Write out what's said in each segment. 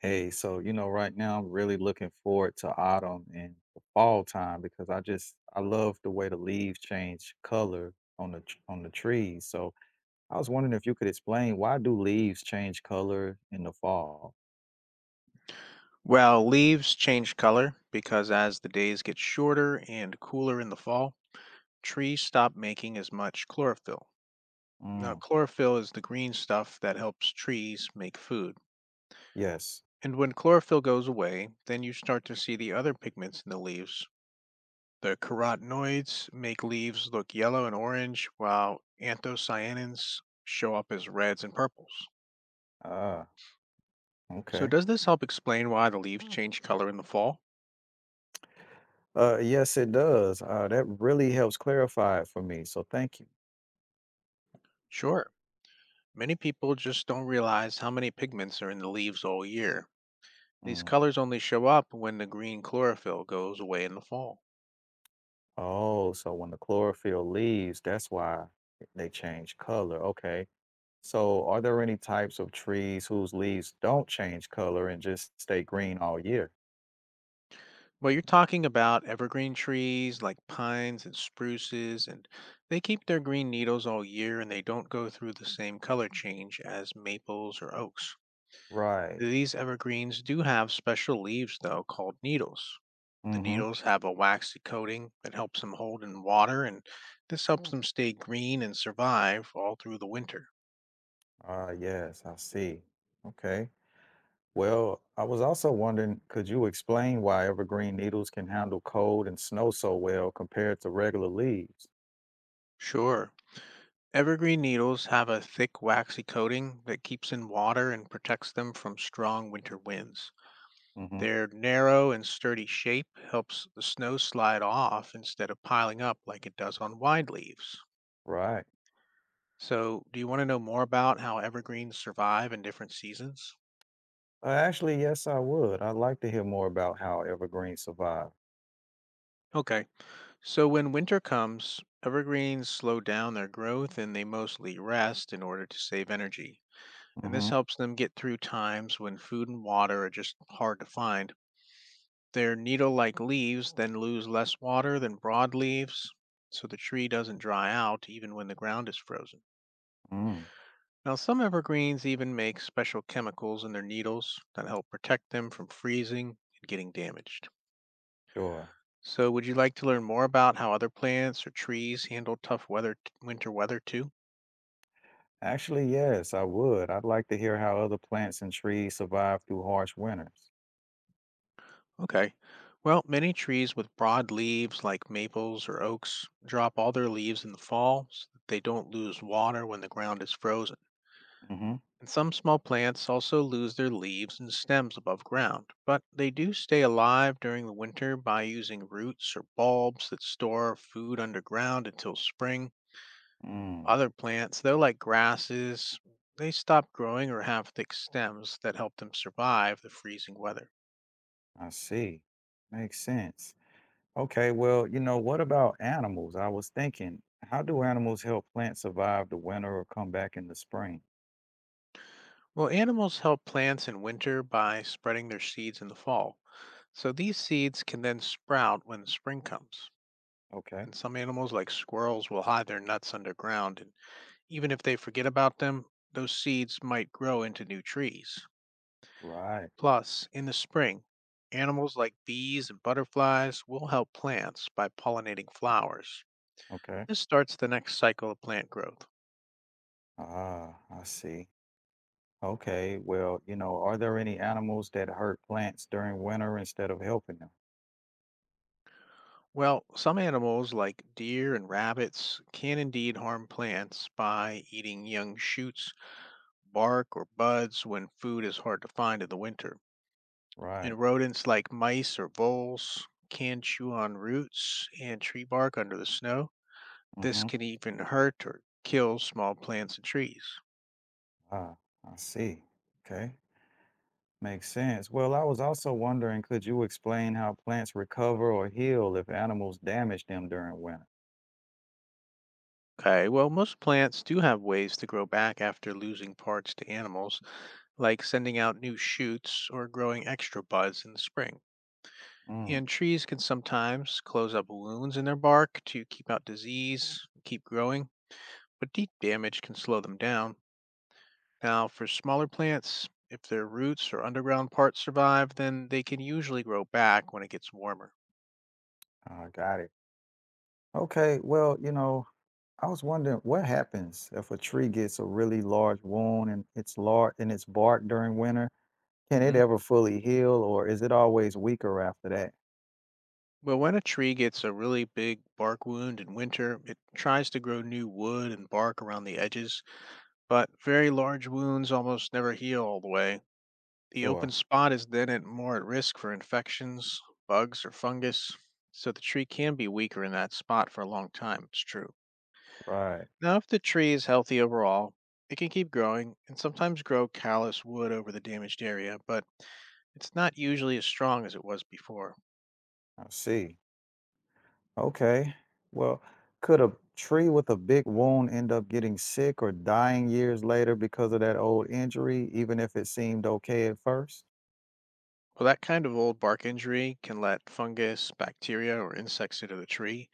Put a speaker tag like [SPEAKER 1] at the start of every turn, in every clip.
[SPEAKER 1] Hey, right now I'm really looking forward to autumn and the fall time because I love the way the leaves change color on the trees. So I was wondering, if you could explain, why do leaves change color in the fall?
[SPEAKER 2] Well, leaves change color because as the days get shorter and cooler in the fall, trees stop making as much chlorophyll. Now,
[SPEAKER 1] Mm,
[SPEAKER 2] chlorophyll is the green stuff that helps trees make food.
[SPEAKER 1] yes.
[SPEAKER 2] And when chlorophyll goes away, then you start to see the other pigments in the leaves. The carotenoids make leaves look yellow and orange, while anthocyanins show up as reds and purples.
[SPEAKER 1] Ah,
[SPEAKER 2] So,
[SPEAKER 1] okay.
[SPEAKER 2] does this help explain why the leaves change color in the fall?
[SPEAKER 1] Yes, it does. That really helps clarify it for me. So thank you.
[SPEAKER 2] Sure. Many people just don't realize how many pigments are in the leaves all year. These
[SPEAKER 1] Mm.
[SPEAKER 2] colors only show up when the green chlorophyll goes away in the fall.
[SPEAKER 1] Oh, so when the chlorophyll leaves, that's why they change color. Okay. So, are there any types of trees whose leaves don't change color and just stay green all year?
[SPEAKER 2] But you're talking about evergreen trees like pines and spruces, and they keep their green needles all year and they don't go through the same color change as maples or oaks.
[SPEAKER 1] Right.
[SPEAKER 2] These evergreens do have special leaves, though, called needles. The
[SPEAKER 1] Mm-hmm.
[SPEAKER 2] needles have a waxy coating that helps them hold in water, and this helps them stay green and survive all through the winter.
[SPEAKER 1] Ah, yes, I see. Okay. Well, I was also wondering, could you explain why evergreen needles can handle cold and snow so well compared to regular leaves?
[SPEAKER 2] Sure. Evergreen needles have a thick waxy coating that keeps in water and protects them from strong winter winds.
[SPEAKER 1] Mm-hmm.
[SPEAKER 2] Their narrow and sturdy shape helps the snow slide off instead of piling up like it does on wide leaves.
[SPEAKER 1] Right.
[SPEAKER 2] So, do you want to know more about how evergreens survive in different seasons?
[SPEAKER 1] Actually, yes, I would. I'd like to hear more about how evergreens survive.
[SPEAKER 2] Okay, so when winter comes, evergreens slow down their growth and they mostly rest in order to save energy. And this
[SPEAKER 1] Mm-hmm.
[SPEAKER 2] helps them get through times when food and water are just hard to find. Their needle-like leaves then lose less water than broad leaves, so the tree doesn't dry out even when the ground is frozen.
[SPEAKER 1] Mm,
[SPEAKER 2] Now, some evergreens even make special chemicals in their needles that help protect them from freezing and getting damaged.
[SPEAKER 1] sure.
[SPEAKER 2] So, would you like to learn more about how other plants or trees handle tough weather, winter weather too?
[SPEAKER 1] Actually, yes, I would. I'd like to hear how other plants and trees survive through harsh winters.
[SPEAKER 2] Okay. Well, many trees with broad leaves, like maples or oaks, drop all their leaves in the fall so that they don't lose water when the ground is frozen.
[SPEAKER 1] Mm-hmm.
[SPEAKER 2] And some small plants also lose their leaves and stems above ground, but they do stay alive during the winter by using roots or bulbs that store food underground until spring.
[SPEAKER 1] Mm,
[SPEAKER 2] Other plants, though, like grasses, they stop growing or have thick stems that help them survive the freezing weather.
[SPEAKER 1] I see. Makes sense. What about animals? I was thinking, how do animals help plants survive the winter or come back in the spring?
[SPEAKER 2] Well, animals help plants in winter by spreading their seeds in the fall. So these seeds can then sprout when spring comes.
[SPEAKER 1] Okay,
[SPEAKER 2] And some animals, like squirrels, will hide their nuts underground. Even if they forget about them, those seeds might grow into new trees.
[SPEAKER 1] right.
[SPEAKER 2] Plus, in the spring, animals like bees and butterflies will help plants by pollinating flowers.
[SPEAKER 1] Okay.
[SPEAKER 2] This starts the next cycle of plant growth.
[SPEAKER 1] Ah, I see. Are there any animals that hurt plants during winter instead of helping them?
[SPEAKER 2] Well, some animals like deer and rabbits can indeed harm plants by eating young shoots, bark, or buds when food is hard to find in the winter.
[SPEAKER 1] Right.
[SPEAKER 2] And rodents like mice or voles can chew on roots and tree bark under the snow. This
[SPEAKER 1] Mm-hmm.
[SPEAKER 2] can even hurt or kill small plants and trees.
[SPEAKER 1] Ah, I see. Okay. Makes sense. Well, I was also wondering, could you explain how plants recover or heal if animals damage them during winter?
[SPEAKER 2] Okay, well, most plants do have ways to grow back after losing parts to animals, like sending out new shoots or growing extra buds in the spring.
[SPEAKER 1] Mm,
[SPEAKER 2] And trees can sometimes close up wounds in their bark to keep out disease, keep growing, but deep damage can slow them down. Now, for smaller plants, if their roots or underground parts survive, then they can usually grow back when it gets warmer.
[SPEAKER 1] I got it. Okay, well, you know, I was wondering, what happens if a tree gets a really large wound in its large in its bark during winter? Can it
[SPEAKER 2] hmm
[SPEAKER 1] ever fully heal, or is it always weaker after that?
[SPEAKER 2] Well, when a tree gets a really big bark wound in winter, it tries to grow new wood and bark around the edges, but very large wounds almost never heal all the way. The open
[SPEAKER 1] Sure.
[SPEAKER 2] spot is then at more at risk for infections, bugs, or fungus, so the tree can be weaker in that spot for a long time, it's true.
[SPEAKER 1] Right.
[SPEAKER 2] Now, if the tree is healthy overall, it can keep growing and sometimes grow callous wood over the damaged area, but it's not usually as strong as it was before.
[SPEAKER 1] I see. Okay. Well, could a tree with a big wound end up getting sick or dying years later because of that old injury, even if it seemed okay at first?
[SPEAKER 2] Well, that kind of old bark injury can let fungus, bacteria, or insects into the tree,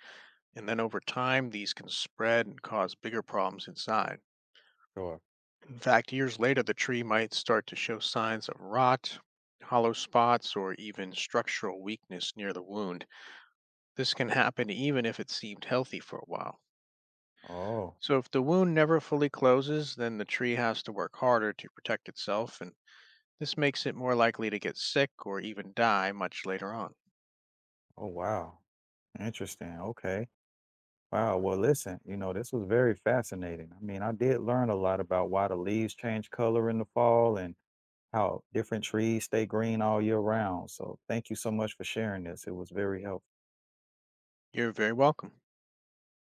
[SPEAKER 2] and then over time, these can spread and cause bigger problems inside.
[SPEAKER 1] Sure.
[SPEAKER 2] In fact, years later, the tree might start to show signs of rot, hollow spots, or even structural weakness near the wound. This can happen even if it seemed healthy for a while.
[SPEAKER 1] Oh,
[SPEAKER 2] So, if the wound never fully closes, then the tree has to work harder to protect itself and this makes it more likely to get sick or even die much later on.
[SPEAKER 1] oh wow. Interesting. Okay. Wow. Well, listen, this was very fascinating. I did learn a lot about why the leaves change color in the fall and how different trees stay green all year round. So thank you so much for sharing this. It was very helpful.
[SPEAKER 2] You're very welcome.